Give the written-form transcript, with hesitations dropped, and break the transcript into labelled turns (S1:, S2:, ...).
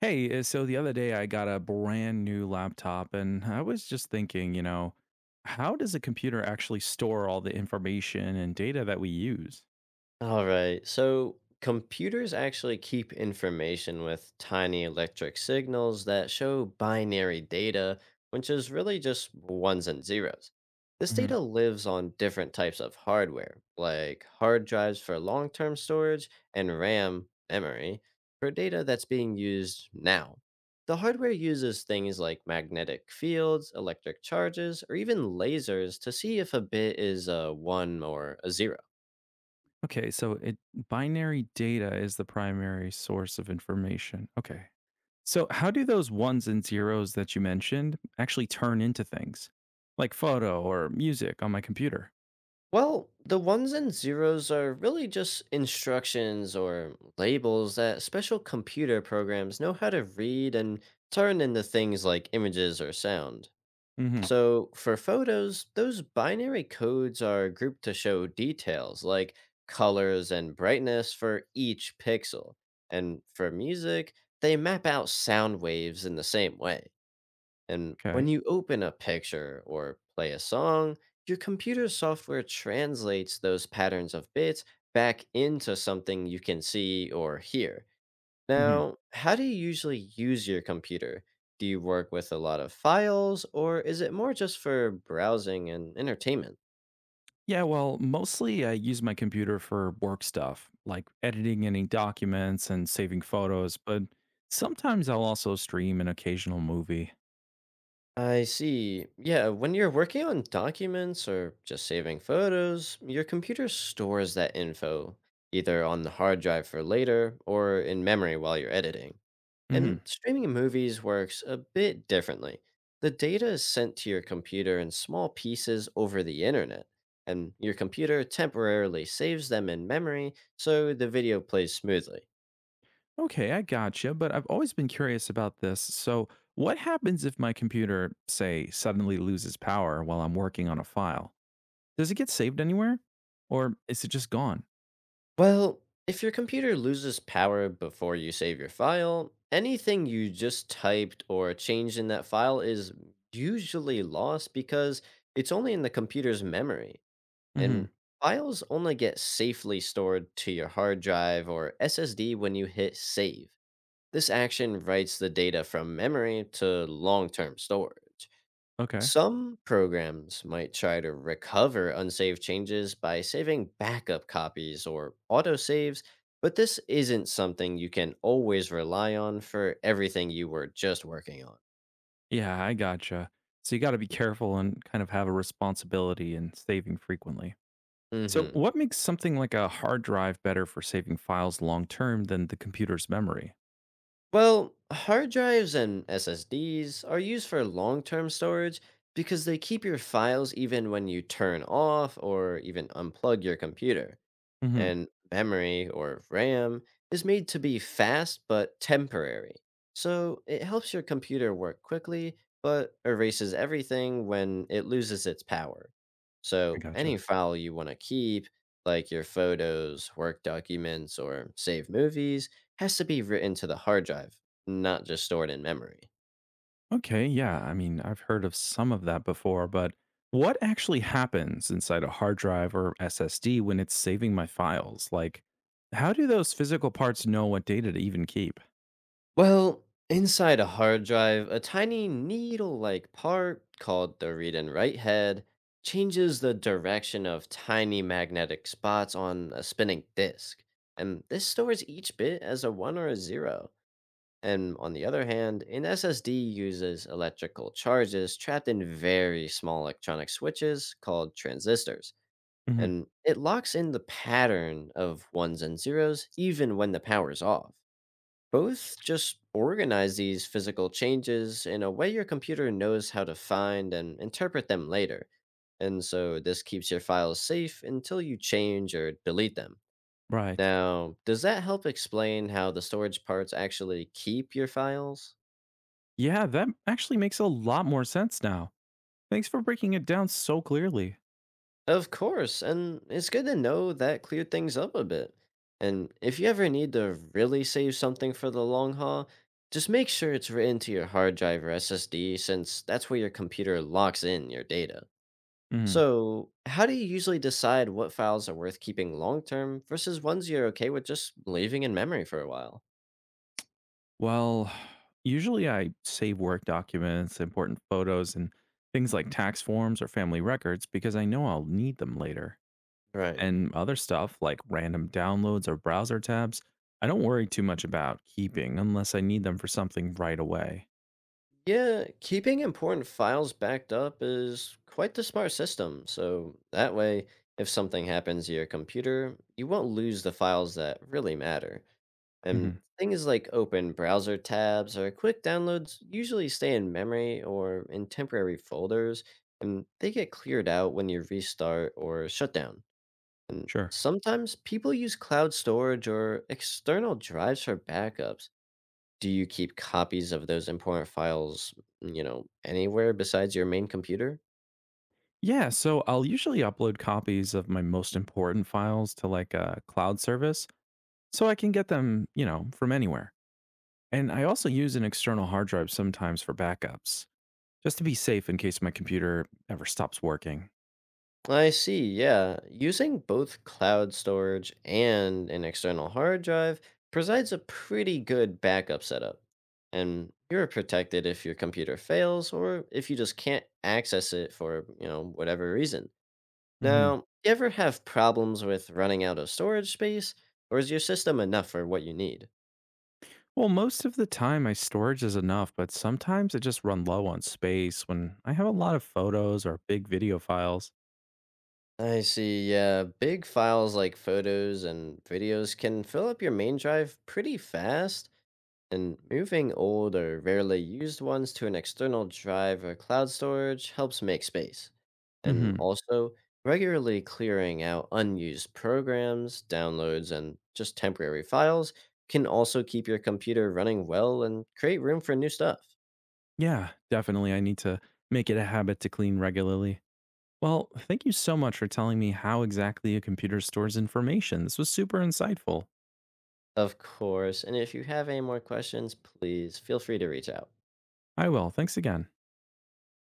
S1: Hey, so the other day I got a brand new laptop and I was just thinking, how does a computer actually store all the information and data that we use?
S2: All right. So computers actually keep information with tiny electric signals that show binary data, which is really just ones and zeros. This
S1: Hmm.
S2: data lives on different types of hardware, like hard drives for long term storage and RAM memory for data that's being used now. The hardware uses things like magnetic fields, electric charges, or even lasers to see if a bit is a 1 or a 0.
S1: Okay, so it binary data is the primary source of information. Okay. So how do those ones and zeros that you mentioned actually turn into things like photo or music on my computer?
S2: Well, the ones and zeros are really just instructions or labels that special computer programs know how to read and turn into things like images or sound.
S1: Hmm.
S2: So, for photos, those binary codes are grouped to show details like colors and brightness for each pixel. And for music, they map out sound waves in the same way. And when
S1: Okay.
S2: you open a picture or play a song, your computer software translates those patterns of bits back into something you can see or hear. Now, how do you usually use your computer? Do you work with a lot of files, or is it more just for browsing and entertainment?
S1: Yeah, well, mostly I use my computer for work stuff, like editing any documents and saving photos, but sometimes I'll also stream an occasional movie.
S2: I see. Yeah, when you're working on documents or just saving photos, your computer stores that info either on the hard drive for later or in memory while you're editing.
S1: Hmm.
S2: And streaming movies works a bit differently. The data is sent to your computer in small pieces over the internet, and your computer temporarily saves them in memory so the video plays smoothly.
S1: Okay, I gotcha, but I've always been curious about this. So, what happens if my computer, say, suddenly loses power while I'm working on a file? Does it get saved anywhere? Or is it just gone?
S2: Well, if your computer loses power before you save your file, anything you just typed or changed in that file is usually lost because it's only in the computer's memory.
S1: Hmm.
S2: And files only get safely stored to your hard drive or SSD when you hit save. This action writes the data from memory to long term storage.
S1: Okay.
S2: Some programs might try to recover unsaved changes by saving backup copies or autosaves, but this isn't something you can always rely on for everything you were just working on.
S1: Yeah, I gotcha. So, you got to be careful and kind of have a responsibility in saving frequently. So,
S2: Hmm.
S1: what makes something like a hard drive better for saving files long term than the computer's memory?
S2: Well, hard drives and SSDs are used for long term storage because they keep your files even when you turn off or even unplug your computer
S1: Hmm.
S2: and memory or RAM is made to be fast but temporary. So it helps your computer work quickly but erases everything when it loses its power.
S1: I
S2: So
S1: gotcha.
S2: any file you want to keep, like your photos, work documents, or saved movies, has to be written to the hard drive, not just stored in memory.
S1: Okay, yeah. I mean, I've heard of some of that before, but what actually happens inside a hard drive or SSD when it's saving my files? Like, how do those physical parts know what data to even keep?
S2: Well, inside a hard drive, a tiny needle like part called the read and write head changes the direction of tiny magnetic spots on a spinning disk. And this stores each bit as a 1 or a 0. And on the other hand, an SSD uses electrical charges trapped in very small electronic switches called transistors.
S1: Hmm.
S2: And it locks in the pattern of ones and zeros even when the power's off. Both just organize these physical changes in a way your computer knows how to find and interpret them later. And so this keeps your files safe until you change or delete them.
S1: Right.
S2: Now, does that help explain how the storage parts actually keep your files?
S1: Yeah, that actually makes a lot more sense now. Thanks for breaking it down so clearly.
S2: Of course, and it's good to know that cleared things up a bit. And if you ever need to really save something for the long haul, just make sure it's written to your hard drive or SSD since that's where your computer locks in your data.
S1: Mhm.
S2: So, how do you usually decide what files are worth keeping long term versus ones you're okay with just leaving in memory for a while?
S1: Well, usually I save work documents, important photos, and things like tax forms or family records because I know I'll need them later.
S2: Right.
S1: And other stuff like random downloads or browser tabs, I don't worry too much about keeping unless I need them for something right away.
S2: Yeah, keeping important files backed up is quite the smart system. So, that way, if something happens to your computer, you won't lose the files that really matter. And
S1: Hmm.
S2: things like open browser tabs or quick downloads usually stay in memory or in temporary folders, and they get cleared out when you restart or shut down. And
S1: Sure.
S2: sometimes people use cloud storage or external drives for backups. Do you keep copies of those important files, anywhere besides your main computer?
S1: Yeah, so I'll usually upload copies of my most important files to like a cloud service so I can get them, you know, from anywhere. And I also use an external hard drive sometimes for backups. Just to be safe in case my computer ever stops working.
S2: I see, yeah. Using both cloud storage and an external hard drive provides a pretty good backup setup. And you're protected if your computer fails or if you just can't access it for, whatever reason.
S1: Hmm.
S2: Now, you ever have problems with running out of storage space, or is your system enough for what you need?
S1: Well, most of the time my storage is enough, but sometimes I just run low on space when I have a lot of photos or big video files.
S2: I see, yeah, big files like photos and videos can fill up your main drive pretty fast, and moving old or rarely used ones to an external drive or cloud storage helps make space. And
S1: Hmm.
S2: also, regularly clearing out unused programs, downloads, and just temporary files can also keep your computer running well and create room for new stuff.
S1: Yeah, definitely. I need to make it a habit to clean regularly. Well, thank you so much for telling me how exactly a computer stores information. This was super insightful.
S2: Of course. And if you have any more questions, please feel free to reach out.
S1: I will. Thanks again.